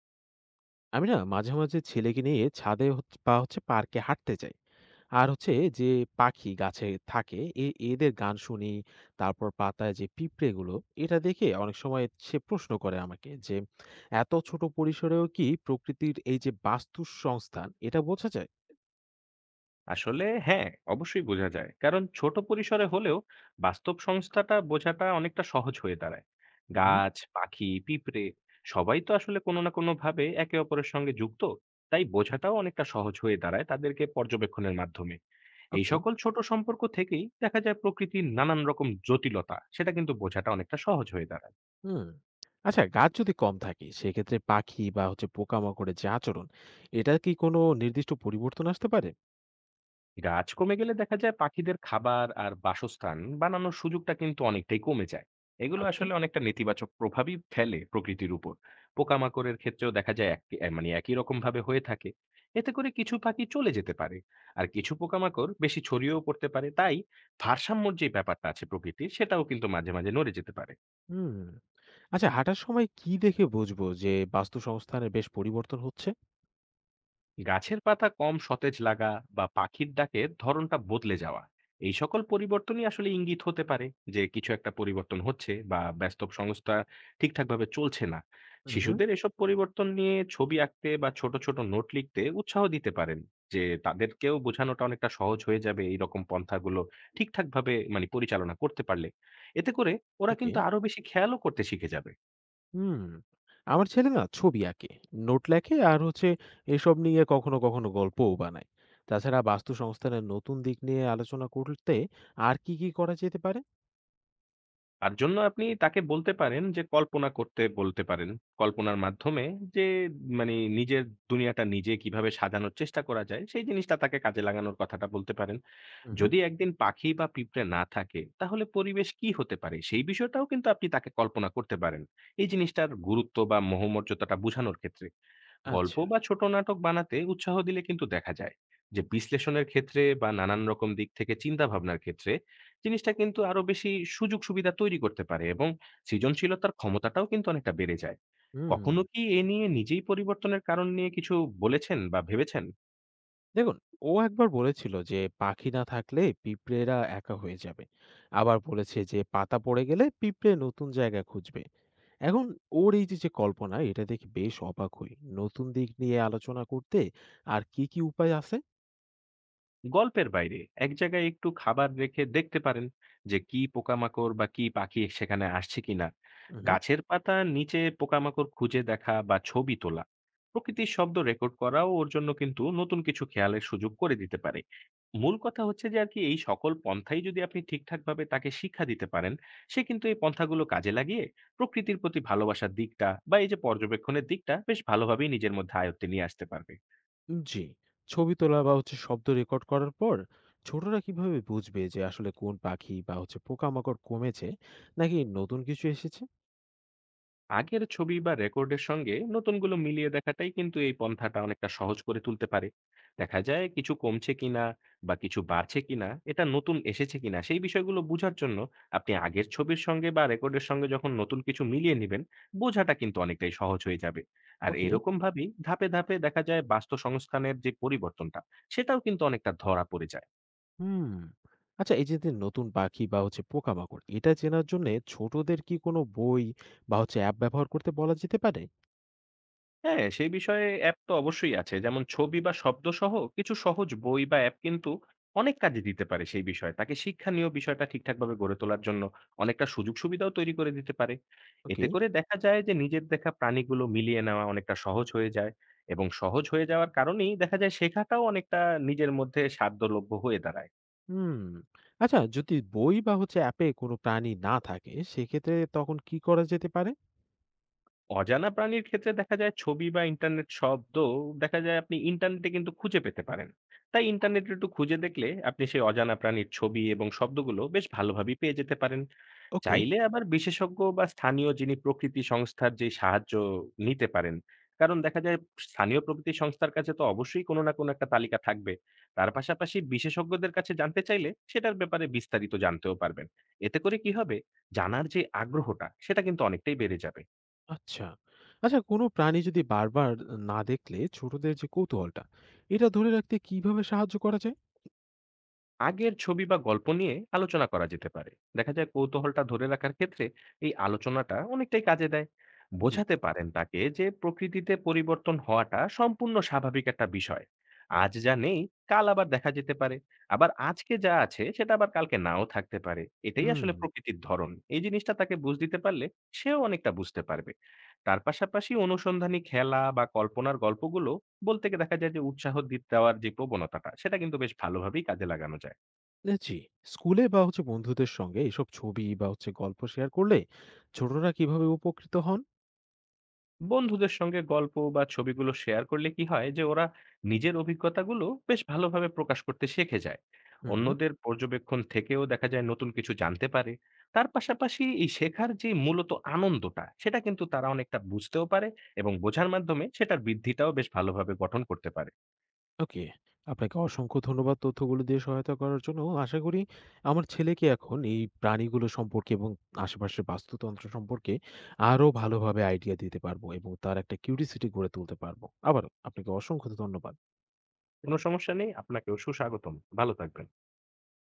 আমি না মাঝে, মাঝে ছেলেকে নিয়ে ছাদে বা পার্কে হাঁটতে যাই। আর যে পাখি গাছে থাকে এদের গান শুনি। তারপর পাতায় যে পিঁপড়েগুলো এটা দেখে অনেক সময় সে প্রশ্ন করে আমাকে যে, "এত ছোট পরিসরেও কি প্রকৃতির এই যে বাস্তু সংস্থান এটা বোঝা যায়?" আসলে হ্যাঁ, অবশ্যই বোঝা যায়। কারণ ছোট পরিসরে হলেও বাস্তব সংস্থাটা বোঝাটা অনেকটা সহজ হয়ে দাঁড়ায়। হু, হুম। গাছ, পাখি, পিঁপড়ে সবাই তো আসলে কোনো না কোনোভাবে একে অপরের সঙ্গে যুক্ত। তাই বোঝাটাও অনেকটা সহজ হয়ে দাঁড়ায় তাদেরকে পর্যবেক্ষণের মাধ্যমে। এই ওকে, সকল ছোট সম্পর্ক থেকেই দেখা যায় প্রকৃতির নানান রকম জটিলতা, সেটা কিন্তু বোঝাটা অনেকটা সহজ হয়ে দাঁড়ায়। হুম। আচ্ছা, গাছ যদি কম থাকে সেক্ষেত্রে পাখি বা পোকামাকড়ের যে আচরণ, এটা কি কোনো নির্দিষ্ট পরিবর্তন আসতে পারে? গাছ কমে গেলে দেখা যায় পাখিদের খাবার আর বাসস্থান বানানোর সুযোগটা কিন্তু অনেকটাই কমে যায়। এগুলো আচ্ছা, আসলে অনেকটা নেতিবাচক প্রভাবই ফেলে প্রকৃতির উপর। পোকামাকড়ের ক্ষেত্রেও দেখা যায় এক মানে একই রকম ভাবে হয়ে থাকে। এতে করে কিছু পাখি চলে যেতে পারে, আর কিছু পোকামাকড় বেশি ছড়িয়েও পড়তে পারে। তাই ভারসাম্যর যে ব্যাপারটা আছে প্রকৃতির, সেটাও কিন্তু মাঝে মাঝে নড়ে যেতে পারে। হুম। আচ্ছা, হাঁটার সময় কি দেখে বুঝবো যে বাস্তু সংস্থানের বেশ পরিবর্তন হচ্ছে? গাছের পাতা কম সতেজ লাগা বা পাখির ডাকের ধরনটা বদলে যাওয়া, এই সকল পরিবর্তনই আসলে ইঙ্গিত হতে পারে যে কিছু একটা পরিবর্তন হচ্ছে বা ব্যস্ত সংস্থা ঠিকঠাকভাবে চলছে না। হুম। শিশুদের এসব পরিবর্তন নিয়ে ছবি আঁকতে বা ছোট ছোট নোট লিখতে উৎসাহ দিতে পারেন, যে তাদেরকেও বোঝানোটা অনেকটা সহজ হয়ে যাবে। এই রকম পন্থাগুলো ঠিকঠাকভাবে মানে পরিচালনা করতে পারলে এতে করে ওরা ওকে। কিন্তু আরো বেশি খেয়ালও করতে শিখে যাবে। হুম। আমার ছেলে না ছবি আঁকে, নোট লেখে, আর এসব নিয়ে কখনো কখনো গল্পও বানায়। তাছাড়া বাস্তু সংস্থানের নতুন দিক নিয়ে আলোচনা করতে আর কি কি করা যেতে পারে? তার জন্য আপনি তাকে বলতে পারেন যে কল্পনা করতে বলতে পারেন। কল্পনার মাধ্যমে যে মানে নিজের দুনিয়াটা নিজে কিভাবে সাজানোর চেষ্টা করা যায়, সেই জিনিসটা তাকে কাজে লাগানোর কথাটা বলতে পারেন। হুম। যদি একদিন পাখি বা পিঁপড়ে না থাকে, তাহলে পরিবেশ কি হতে পারে? সেই বিষয়টাও কিন্তু আপনি তাকে কল্পনা করতে পারেন। এই জিনিসটার গুরুত্ব বা মহোমর্যাদাটা বুঝানোর ক্ষেত্রে। গল্প আচ্ছা। বা ছোট নাটক বানাতে উৎসাহ দিলে কিন্তু দেখা যায় যে বিশ্লেষণের ক্ষেত্রে বা নানান রকম দিক থেকে চিন্তা ভাবনার ক্ষেত্রে জিনিসটা কিন্তু আরো বেশি সুযোগ সুবিধা তৈরি করতে পারে, এবং সৃজনশীলতার ক্ষমতাটাও কিন্তু অনেকটা বেড়ে যায়। হুম। কখনো কি এ নিয়ে নিজেই পরিবর্তনের কারণ নিয়ে কিছু বলেছেন বা ভেবেছেন? দেখুন, ও একবার বলেছিল যে পাখি না থাকলে পিঁপড়েরা একা হয়ে যাবে। আবার বলেছে যে পাতা পড়ে গেলে পিঁপড়ে নতুন জায়গা খুঁজবে। এখন ওর এই যে কল্পনা এটা দেখে বেশ অবাক হই। নতুন দিক নিয়ে আলোচনা করতে আর কি, কি উপায় আছে? গল্পের বাইরে এক জায়গায় একটু খাবার রেখে দেখতে পারেন যে কি পোকামাকড় বা কি পাখি সেখানে আসছে কিনা। উহু। গাছের পাতা নিচে পোকামাকড় খুঁজে দেখা বা ছবি তোলা, প্রকৃতির শব্দ রেকর্ড করাও ওর জন্য কিন্তু নতুন কিছু খেয়ালের সুযোগ করে দিতে পারে। মূল কথা হচ্ছে যে আর কি এই সকল পন্থাই যদি আপনি ঠিকঠাকভাবে তাকে শিক্ষা দিতে পারেন, সে কিন্তু এই পন্থাগুলো কাজে লাগিয়ে প্রকৃতির প্রতি ভালোবাসার দিকটা বা এই যে পর্যবেক্ষণের দিকটা বেশ ভালোভাবেই নিজের মধ্যে আয়ত্তে নিয়ে আসতে পারবে। জি, ছবি তোলা বা শব্দ রেকর্ড করার পর ছোটরা কিভাবে বুঝবে যে আসলে কোন পাখি বা পোকামাকড় কমেছে, নাকি নতুন কিছু এসেছে? আগের ছবি বা রেকর্ডের সঙ্গে নতুনগুলো মিলিয়ে দেখাটাই কিন্তু এই পন্থাটা অনেকটা সহজ করে তুলতে পারে। দেখা যায় কিছু কমছে কিনা বা কিছু বাড়ছে কিনা, এটা নতুন এসেছে কিনা, সেই বিষয়গুলো বোঝার জন্য আপনি আগের ছবির সঙ্গে বা রেকর্ডের সঙ্গে যখন নতুন কিছু মিলিয়ে নেবেন, বোঝাটা কিন্তু অনেকটাই সহজ হয়ে যাবে। আর ওকে, এরকম ভাবেই ধাপে ধাপে দেখা যায় বাস্তু সংস্থানের যে পরিবর্তনটা, সেটাও কিন্তু অনেকটা ধরা পড়ে যায়। হুম। আচ্ছা, এই যে যে নতুন পাখি বা পোকামাকড় এটা চেনার জন্যে ছোটদের কি কোনো বই বা অ্যাপ ব্যবহার করতে বলা যেতে পারে? হ্যাঁ, সেই বিষয়ে অ্যাপ তো অবশ্যই আছে। যেমন ছবি বা শব্দসহ কিছু সহজ বই বা অ্যাপ কিন্তু অনেক কাজে দিতে পারে সেই বিষয়ে। তাকে শিক্ষণীয় বিষয়টা ঠিকঠাকভাবে গড়ে তোলার জন্য অনেকটা সুযোগ সুবিধাও তৈরি করে দিতে পারে। ওকে। এতে করে দেখা যায় যে নিজের দেখা প্রাণীগুলো মিলিয়ে নেওয়া অনেকটা সহজ হয়ে যায়, এবং সহজ হয়ে যাওয়ার কারণেই দেখা যায় শেখাটাও অনেকটা নিজের মধ্যে সাধ্যলভ্য হয়ে দাঁড়ায়। হুম। আচ্ছা, যদি বই বা অ্যাপে কোনো প্রাণী না থাকে সেক্ষেত্রে তখন কি করা যেতে পারে? অজানা প্রাণীর ক্ষেত্রে দেখা যায় ছবি বা ইন্টারনেট শব্দ, দেখা যায় আপনি ইন্টারনেটে কিন্তু খুঁজে পেতে পারেন। তাই ইন্টারনেটে একটু খুঁজে দেখলে আপনি সেই অজানা প্রাণীর ছবি এবং শব্দগুলো বেশ ভালোভাবেই পেয়ে যেতে পারেন। ওকে। চাইলে আবার বিশেষজ্ঞ বা স্থানীয় যিনি প্রকৃতি সংস্থার যে সাহায্য নিতে পারেন। কারণ দেখা যায় স্থানীয় প্রকৃতি সংস্থার কাছে তো অবশ্যই কোনো না কোনো একটা তালিকা থাকবে। তার পাশাপাশি বিশেষজ্ঞদের কাছে জানতে চাইলে সেটার ব্যাপারে বিস্তারিত জানতেও পারবেন। এতে করে কি হবে, জানার যে আগ্রহটা সেটা কিন্তু অনেকটাই বেড়ে যাবে। আচ্ছা। আচ্ছা, কোনো প্রাণী যদি বারবার না দেখলে ছোটদের যে কৌতূহলটা, এটা ধরে রাখতে কিভাবে সাহায্য করা যায়? আগের ছবি বা গল্প নিয়ে আলোচনা করা যেতে পারে। দেখা যায় কৌতূহলটা ধরে রাখার ক্ষেত্রে এই আলোচনাটা অনেকটাই কাজে দেয়। জি। বোঝাতে পারেন তাকে যে প্রকৃতিতে পরিবর্তন হওয়াটা সম্পূর্ণ স্বাভাবিক একটা বিষয়। আজ যা নেই কাল আবার দেখা যেতে পারে, আবার আজকে যা আছে সেটা আবার কালকে নাও থাকতে পারে। এটাই হুম। আসলে প্রকৃতির ধরন। এই জিনিসটা তাকে বুঝ দিতে পারলে সেও অনেকটা বুঝতে পারবে। তার পাশাপাশি অনুসন্ধানী খেলা বা কল্পনার গল্পগুলো বলতে গিয়ে দেখা যায় যে উৎসাহ দেওয়ার যে প্রবণতাটা সেটা কিন্তু বেশ ভালোভাবেই কাজে লাগানো যায়। না, জি। স্কুলে বা বন্ধুদের সঙ্গে এসব ছবি বা গল্প শেয়ার করলে ছোটরা কিভাবে উপকৃত হন? বন্ধুদের সঙ্গে গল্প বা ছবিগুলো শেয়ার করলে কি হয় যে ওরা নিজের অভিজ্ঞতাগুলো বেশ ভালোভাবে প্রকাশ করতে শিখে যায়। হুম। অন্যদের পর্যবেক্ষণ থেকেও দেখা যায় নতুন কিছু জানতে পারে। তার পাশাপাশি এই শেখার যে মূলত আনন্দটা সেটা কিন্তু তারা অনেকটা বুঝতেও পারে, এবং বোঝার মাধ্যমে সেটার বৃদ্ধিটাও বেশ ভালোভাবে গঠন করতে পারে। ওকে। আপনাকে অসংখ্য ধন্যবাদ তথ্যগুলো দিয়ে সহায়তা করার জন্য। আশা করি আমার ছেলেকে এখন এই প্রাণীগুলো সম্পর্কে এবং আশেপাশের বাস্তুতন্ত্র সম্পর্কে আরো ভালোভাবে আইডিয়া দিতে পারবো এবং তার একটা কিউরিসিটি গড়ে তুলতে পারবো। আবারও আপনাকে অসংখ্য ধন্যবাদ। কোনো সমস্যা নেই, আপনাকেও সুস্বাগতম। ভালো থাকবেন।